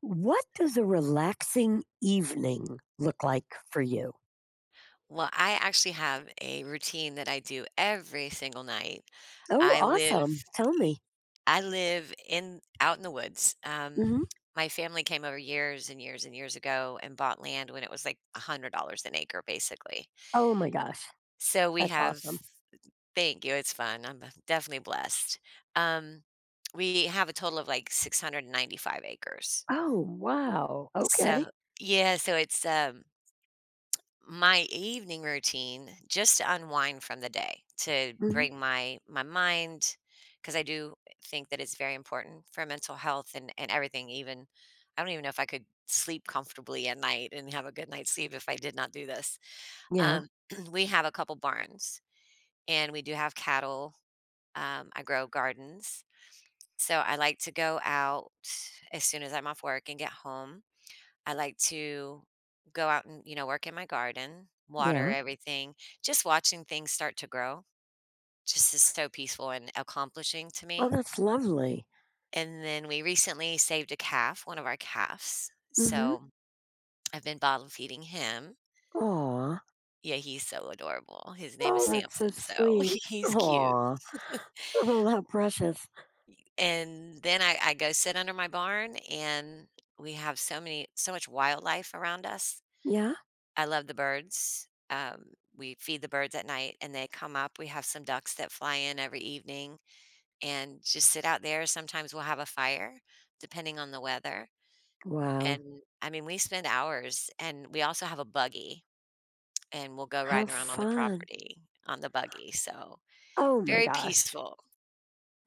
What does a relaxing evening look like for you? Well, I actually have a routine that I do every single night. Oh, I live awesome. Tell y me. I live in out in the woods. Hmm My family came over years and years and years ago and bought land when it was, like, $100 an acre, basically. Oh my gosh. So we That's have awesome. thank you, it's fun, I'm definitely blessed. Um, we have a total of, like, 695 acres. Oh, wow. Okay. So yeah, so it's my evening routine just to unwind from the day to hmm bring my mind because I do think that it's very important for mental health and everything. Even I don't even know if I could sleep comfortably at night and have a good night's sleep if I did not do this. Yeah. um, we have a couple barns and we do have cattle. I grow gardens, so I like to go out as soon as I'm off work and get home. I like to go out and work in my garden, water Yeah. everything. Just watching things start to grow just is so peaceful and accomplishing to Oh, me. that's lovely. And then we recently saved a calf, one of our calves. Mm-hmm. So I've been bottle feeding him. Aw. Yeah, he's so adorable. His name is Oh, that's so Samson. So sweet. he's cute. Aw. Oh, how precious. And then I go sit under my barn, and we have so many, so much wildlife around us. Yeah. I love the birds. We feed the birds at night and they come up. We have some ducks that fly in every evening and just sit out there. Sometimes we'll have a fire, depending on the weather. Wow. And I mean, we spend hours, and we also have a buggy and we'll go Have riding around on the fun. property on the buggy. So Oh my very gosh. peaceful.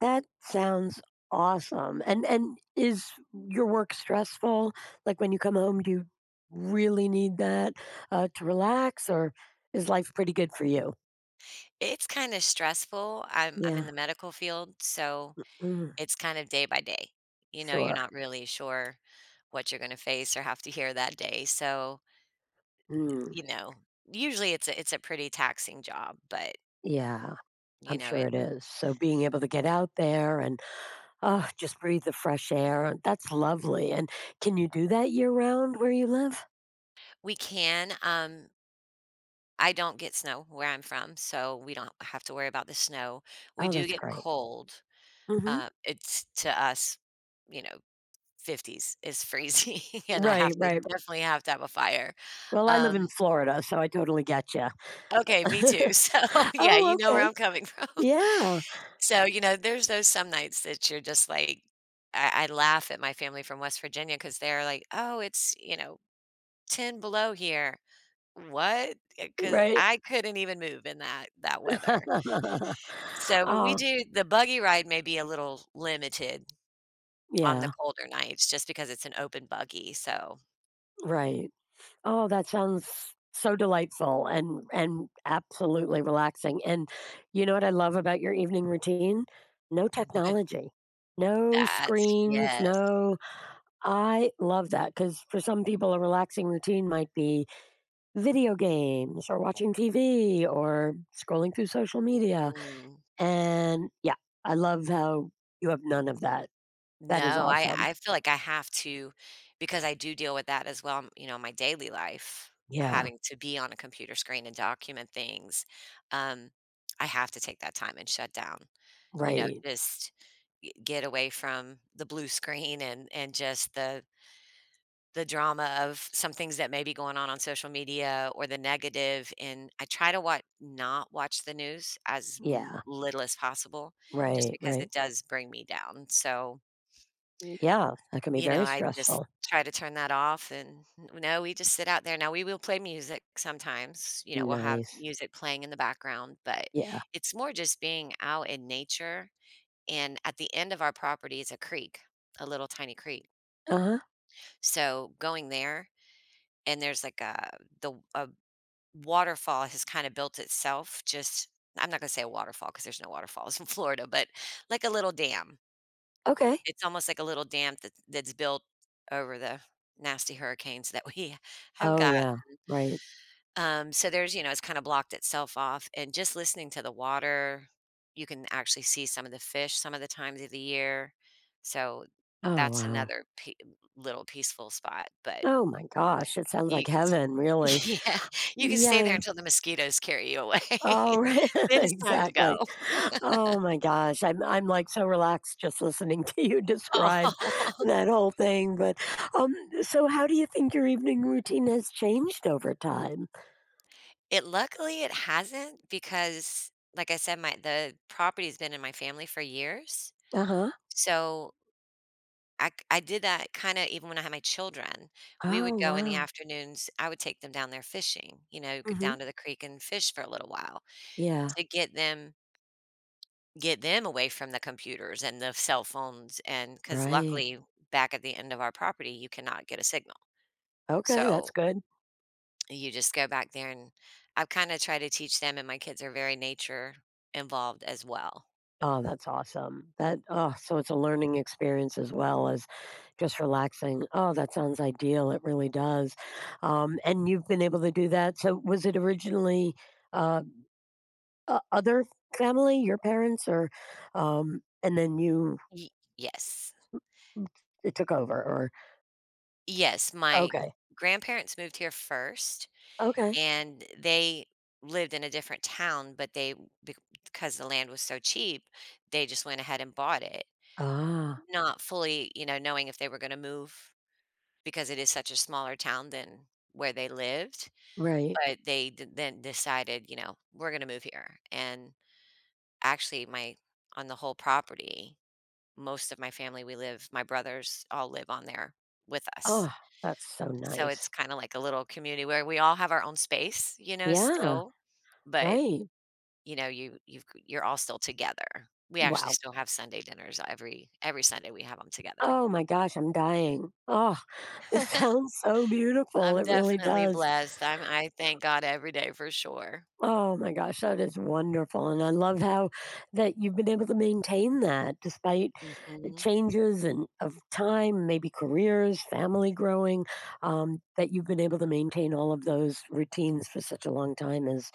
That sounds awesome. And is your work stressful? Like when you come home, do you really need that to relax, or is life pretty good for you? It's kind of stressful. I'm in Yeah, the medical field, so mm, it's kind of day by day. You know, you're sure. not really sure what you're going to face or have to hear that day. So Mm, you know, usually it's a pretty taxing job, but, yeah, you I'm know, sure it it is. So being able to get out there and oh, just breathe the fresh air, that's lovely. And can you do that year round where you live? we can, I don't get snow where I'm from, so we don't have to worry about the snow. We Oh, do that's get great. cold. hmm It's to us, you know, 50s is freezing, and I Right, have to right. definitely have to have a fire. Well, I live in Um Florida, so I totally get you. Okay, me too. So, yeah, Oh, you know where okay. I'm coming from. Yeah, So, you know, there's those some nights that you're just like I laugh at my family from West Virginia because 'cause they're like, "Oh, it's" you know, 10 below here. What? Because right. I couldn't even move in that weather. So, but we Oh, do the buggy ride may be a little limited on the yeah, colder nights just because it's an open buggy, so right. Oh, that sounds so delightful and absolutely relaxing, and you know what I love about your evening routine? No what. technology, no That's screens, yes. no. I love that because for some people, a relaxing routine might be video games or watching TV or scrolling through social media, Mm-mm. and yeah, I love how you have none of that. That is No, I awesome. I feel like I have to because I do deal with that as well, you know, in my daily life, Yeah, having to be on a computer screen and document things. Um, I have to take that time and shut down, you know, right. just get away from the blue screen and just the drama of some things that may be going on social media or the negative. And I try to watch not watch the news as Yeah, little as possible, just right, because right. it does bring me down. So Yeah, that can be you know, very I just stressful. try to turn that off and no, we just sit out there. Now we will play music sometimes, you know, we'll have Nice. music playing in the background, but Yeah. it's more just being out in nature. And at the end of our property is a creek, a little tiny creek. Uh-huh. So going there, and there's like a waterfall has kind of built itself. Just I'm not gonna say a waterfall because there's no waterfalls in Florida, but like a little dam. Okay. It's almost like a little dam that that's built over the nasty hurricanes that we have Oh got. yeah, right. So there's, you know, it's kind of blocked itself off. And just listening to the water, you can actually see some of the fish some of the times of the year. So Oh that's wow. another little peaceful spot. But Oh my gosh, it sounds like you can, heaven, really. Yeah, you can Yeah. stay there Yeah. until the mosquitoes carry you away. Oh, right. Then it's time to go. Exactly. Oh my gosh, I'm like so relaxed just listening to you describe Oh, that whole thing, but um so how do you think your evening routine has changed over time? it luckily it hasn't because, like I said, my the property's been in my family for years. Uh-huh. So I did that kinda even when I had my children. We would Oh go in the wow. afternoons, I would take them down there fishing, you know, g Mhm. down to the creek and fish for a little while Yeah. to get them away from the computers and the cell phones. And because Right. luckily, back at the end of our property, you cannot get a signal. Okay, that's So, good. you just go back there, and I've kinda tried to teach them, and my kids are very nature involved as well. Oh, that's awesome. That, oh, so it's a learning experience as well as just relaxing. Oh, that sounds ideal. It really does. And you've been able to do that. So was it originally uh, other family, your parents, or and then you Ye Yes. it took over? Or Yes, my okay, grandparents moved here first, okay. and they lived in a different town, but they bec because the land was so cheap, they just went ahead and bought it, Ah, not fully, you know, knowing if they were gonna move because it is such a smaller town than where they lived, right. but they d then decided, you know, "We're gonna move here," and actually, my on the whole property, most of my family, we live my brothers all live on there with us, Oh, that's so so it's nice. kinda like a little community where we all have our own space, you know, Yeah. still, but Right. you know, you're all still together. We actually Wow. still have Sunday dinners. Every Sunday we have them together. Oh my gosh, I'm dying. Oh. It sounds so beautiful, I'm it really definitely does. blessed. I thank God every day for sure. Oh my gosh, that is wonderful, and I love how that you've been able to maintain that despite the Mhm. changes and of time, maybe careers, family growing, that you've been able to maintain all of those routines for such a long time is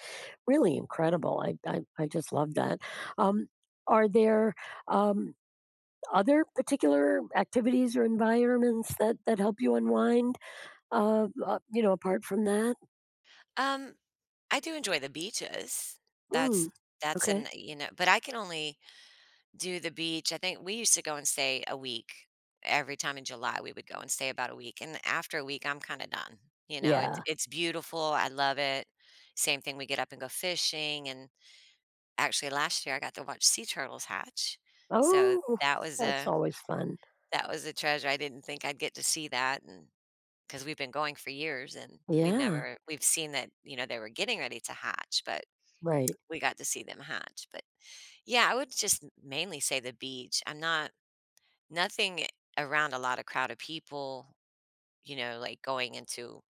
really incredible. I just love that. Um, are there, um, other particular activities or environments that help you unwind, you know, apart from that? Um, I do enjoy the beaches. Mm. That's that's Okay. an you know, but I can only do the beach. I think we used to go and stay a week. Every time in July, we would go and stay about a week, and after a week, I'm kinda done. You know, Yeah. it's beautiful, I love it. Same thing, we get up and go fishing. And actually, last year, I got to watch sea turtles hatch, so Oh, that's always fun. that was a treasure. I didn't think I'd get to see that, and because 'cause we've been going for years, and we Yeah. never we've seen that, you know, they were getting ready to hatch, but Right. we got to see them hatch. But yeah, I would just mainly say the beach. I'm not nothing around a lot of crowd of people, you know, like, going into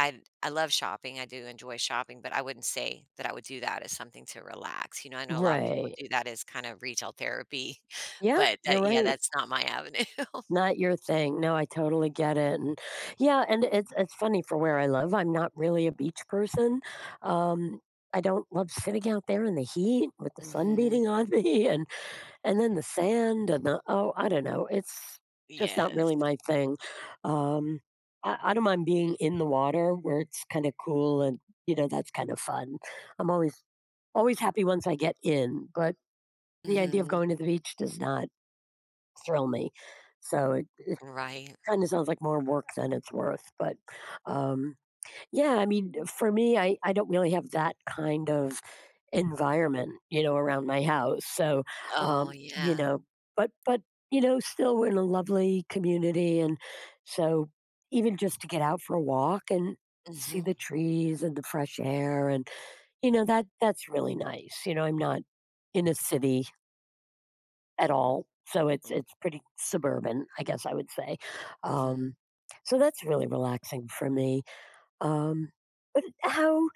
I love shopping, I do enjoy shopping, but I wouldn't say that I would do that as something to relax. You know, I know a lot of people Right. do that as kind of retail therapy, Yeah, but you're that yeah, right. that's not my avenue. Not your thing. No, I totally get it. And yeah, and it's funny for where I live. I'm not really a beach person. Um, I don't love sitting out there in the heat with the sun Mhm. beating on me. And then the sand and the, oh, I don't know, it's just not Yes. really my thing. Um, I don't mind being in the water where it's kind of cool, and you know, that's kind of fun. I'm always, always happy once I get in, but the idea of Mhm. going to the beach does not thrill me. So it Right. kind of sounds like more work than it's worth. But um, yeah, I mean, for me, I don't really have that kind of environment, you know, around my house. So, Oh, you yeah. know, but you know, still we're in a lovely community, and so even just to get out for a walk and see Mhm. the trees and the fresh air, and you know, that that's really nice. You know, I'm not in a city at all, so it's Mm, it's pretty suburban, I guess I would say. mhm. Um, so that's really relaxing for me. Um, but how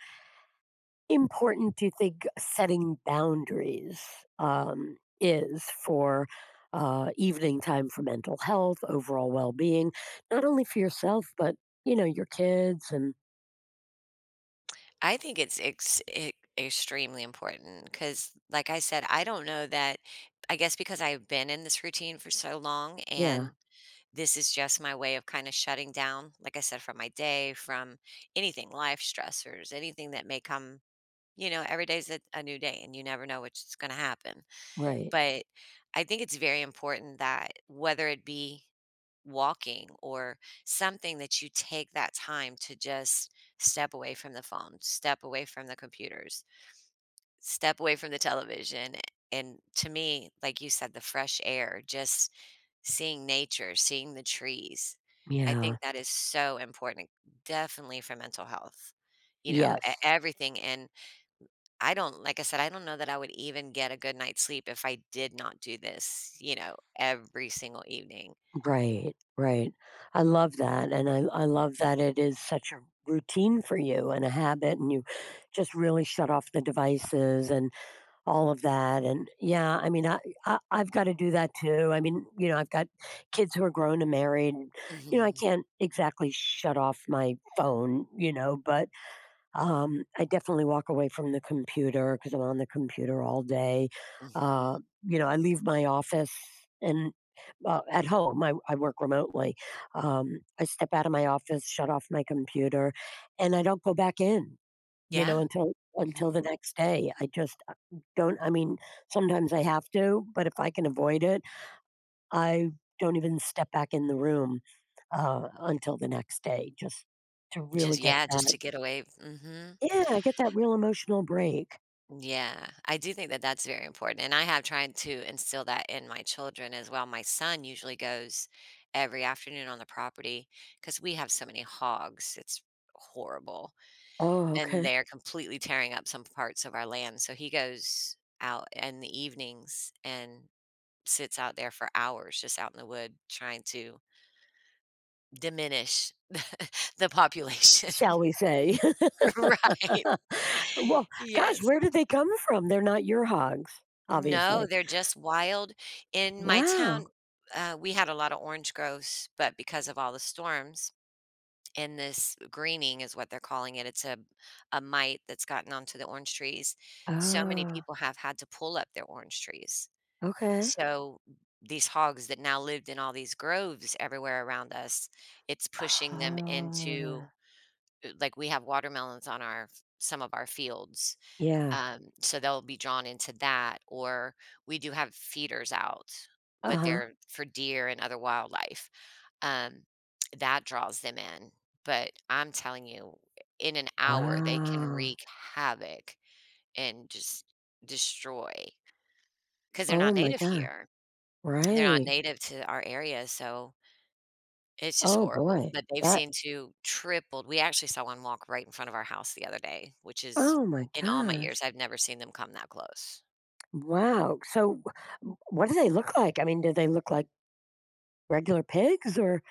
important do you think setting boundaries, is for, evening time for mental health, overall well-being, not only for yourself, but, you know, your kids and I think it's ex e extremely important because, like I said, I don't know that I guess because I've been in this routine for so long. yeah, And this is just my way of kind of shutting down, like I said, from my day, from anything, life stressors, anything that may come. You know, every day's a new day and you never know what's going to happen. right. But I think it's very important that whether it be walking or something, that you take that time to just step away from the phone, step away from the computers, step away from the television. And to me, like you said, the fresh air, just seeing nature, seeing the trees. I Yeah. think that is so important, definitely for mental health. You know, Yes. everything. And I don't, like I said, I don't know that I would even get a good night's sleep if I did not do this, you know, every single evening. Right, right. I love that, and I love that it is such a routine for you and a habit, and you just really shut off the devices and all of that, and yeah, I mean, I've gotta do that too. I mean, you know, I've got kids who are grown and married, and, you know, I Hmm. can't exactly shut off my phone, you know, but, I definitely walk away from the computer because 'cause I'm on the computer all day. Hmm. You know, I leave my office and, well, at home, I work remotely. I step out of my office, shut off my computer, and I don't go back in. You Yeah. know, until Hmm. the next day. I just, don't I mean, sometimes I have to, but if I can avoid it, I don't even step back in the room, until the next day just to really Just, get yeah, that. just to get away. Hmm. Yeah, I get that real emotional break. Yeah, I do think that that's very important, and I have tried to instill that in my children as well. My son usually goes every afternoon on the property because we have so many hogs. It's horrible, Oh, and okay. they're completely tearing up some parts of our land. So he goes out in the evenings and sits out there for hours, just out in the wood, trying to diminish the population. Shall we say. Right. Well, gosh, Yes. where did they come from? They're not your hogs, No, obviously. they're just wild. In my Wow. town, we had a lot of orange groves, but because of all the storms and this greening is what they're calling it, it's a mite that's gotten onto the orange trees. So many Oh, people have had to pull up their orange trees. okay. So these hogs that now lived in all these groves everywhere around us, it's pushing them Oh, into like we have watermelons on our some of our fields. yeah. So they'll be drawn into that, or we do have feeders out, but Uh-huh. they're for deer and other wildlife. Um, that draws them in, but I'm telling you, in an hour, they can Wow. wreak havoc and just destroy because they're Oh not my native god. here. They're not Right. native to our area, so it's just Oh horrible. boy. But they've That, seen to tripled. We actually saw one walk right in front of our house the other day, which is oh my in all my years, gosh. I've never seen them come that close. Wow. So what do they look like? I mean, do they look like regular pigs or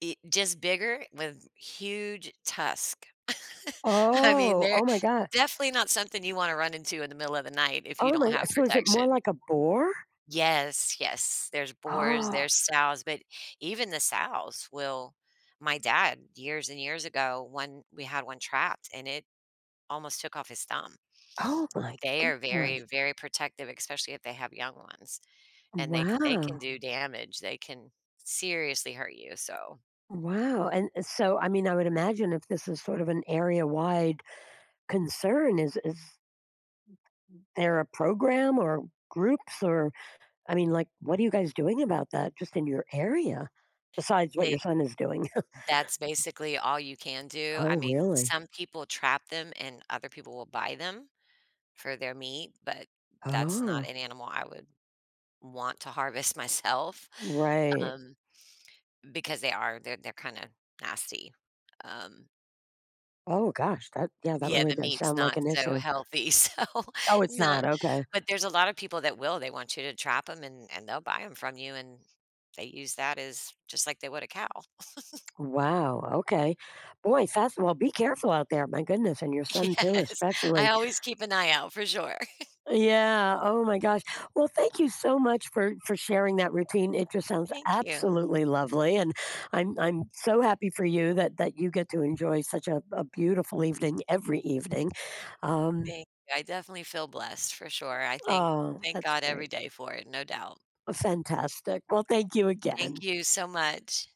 It just bigger with huge tusk. I mean, oh, they're oh my god. definitely not something you wanna run into in the middle of the night if you Oh don't my. have So is it more protection. like a boar? Yes, yes, there's boars, Oh, there's sows, but even the sows will my dad, years and years ago, one we had one trapped, and it almost took off his thumb. oh my They are very, gosh. very protective, especially if they have young ones, and they can Wow. do damage, they can seriously hurt you, so Wow. And so I mean, I would imagine if this is sort of an area wide concern, is there a program or groups or I mean, like, what are you guys doing about that just in your area besides what your they son is doing? that's basically all you can do. I Oh, mean, really? some people trap them and other people will buy them for their meat, but that's not Oh, an animal I would want to harvest myself, right. um, because they are they're kinda nasty. Um, Oh, gosh. That, yeah, that yeah, really the does meat's sound like not an so issue. healthy, so Oh, it's not. not Okay. but there's a lot of people that will, they want you to trap them, and they'll buy them from you, and they use that as just like they would a cow. Wow. Okay. Boy, fast. Well, be careful out there. My goodness. And your son, too, Yes, I especially. always keep an eye out for sure. Yeah, oh my gosh. Well, thank you so much for sharing that routine. It just sounds Thank you. absolutely lovely, and I'm so happy for you that you get to enjoy such a beautiful evening every evening. Um, Thank you, I definitely feel blessed for sure. I think oh, thank that's God every great. day for it, no doubt. Fantastic. Well, thank you again. Thank you so much.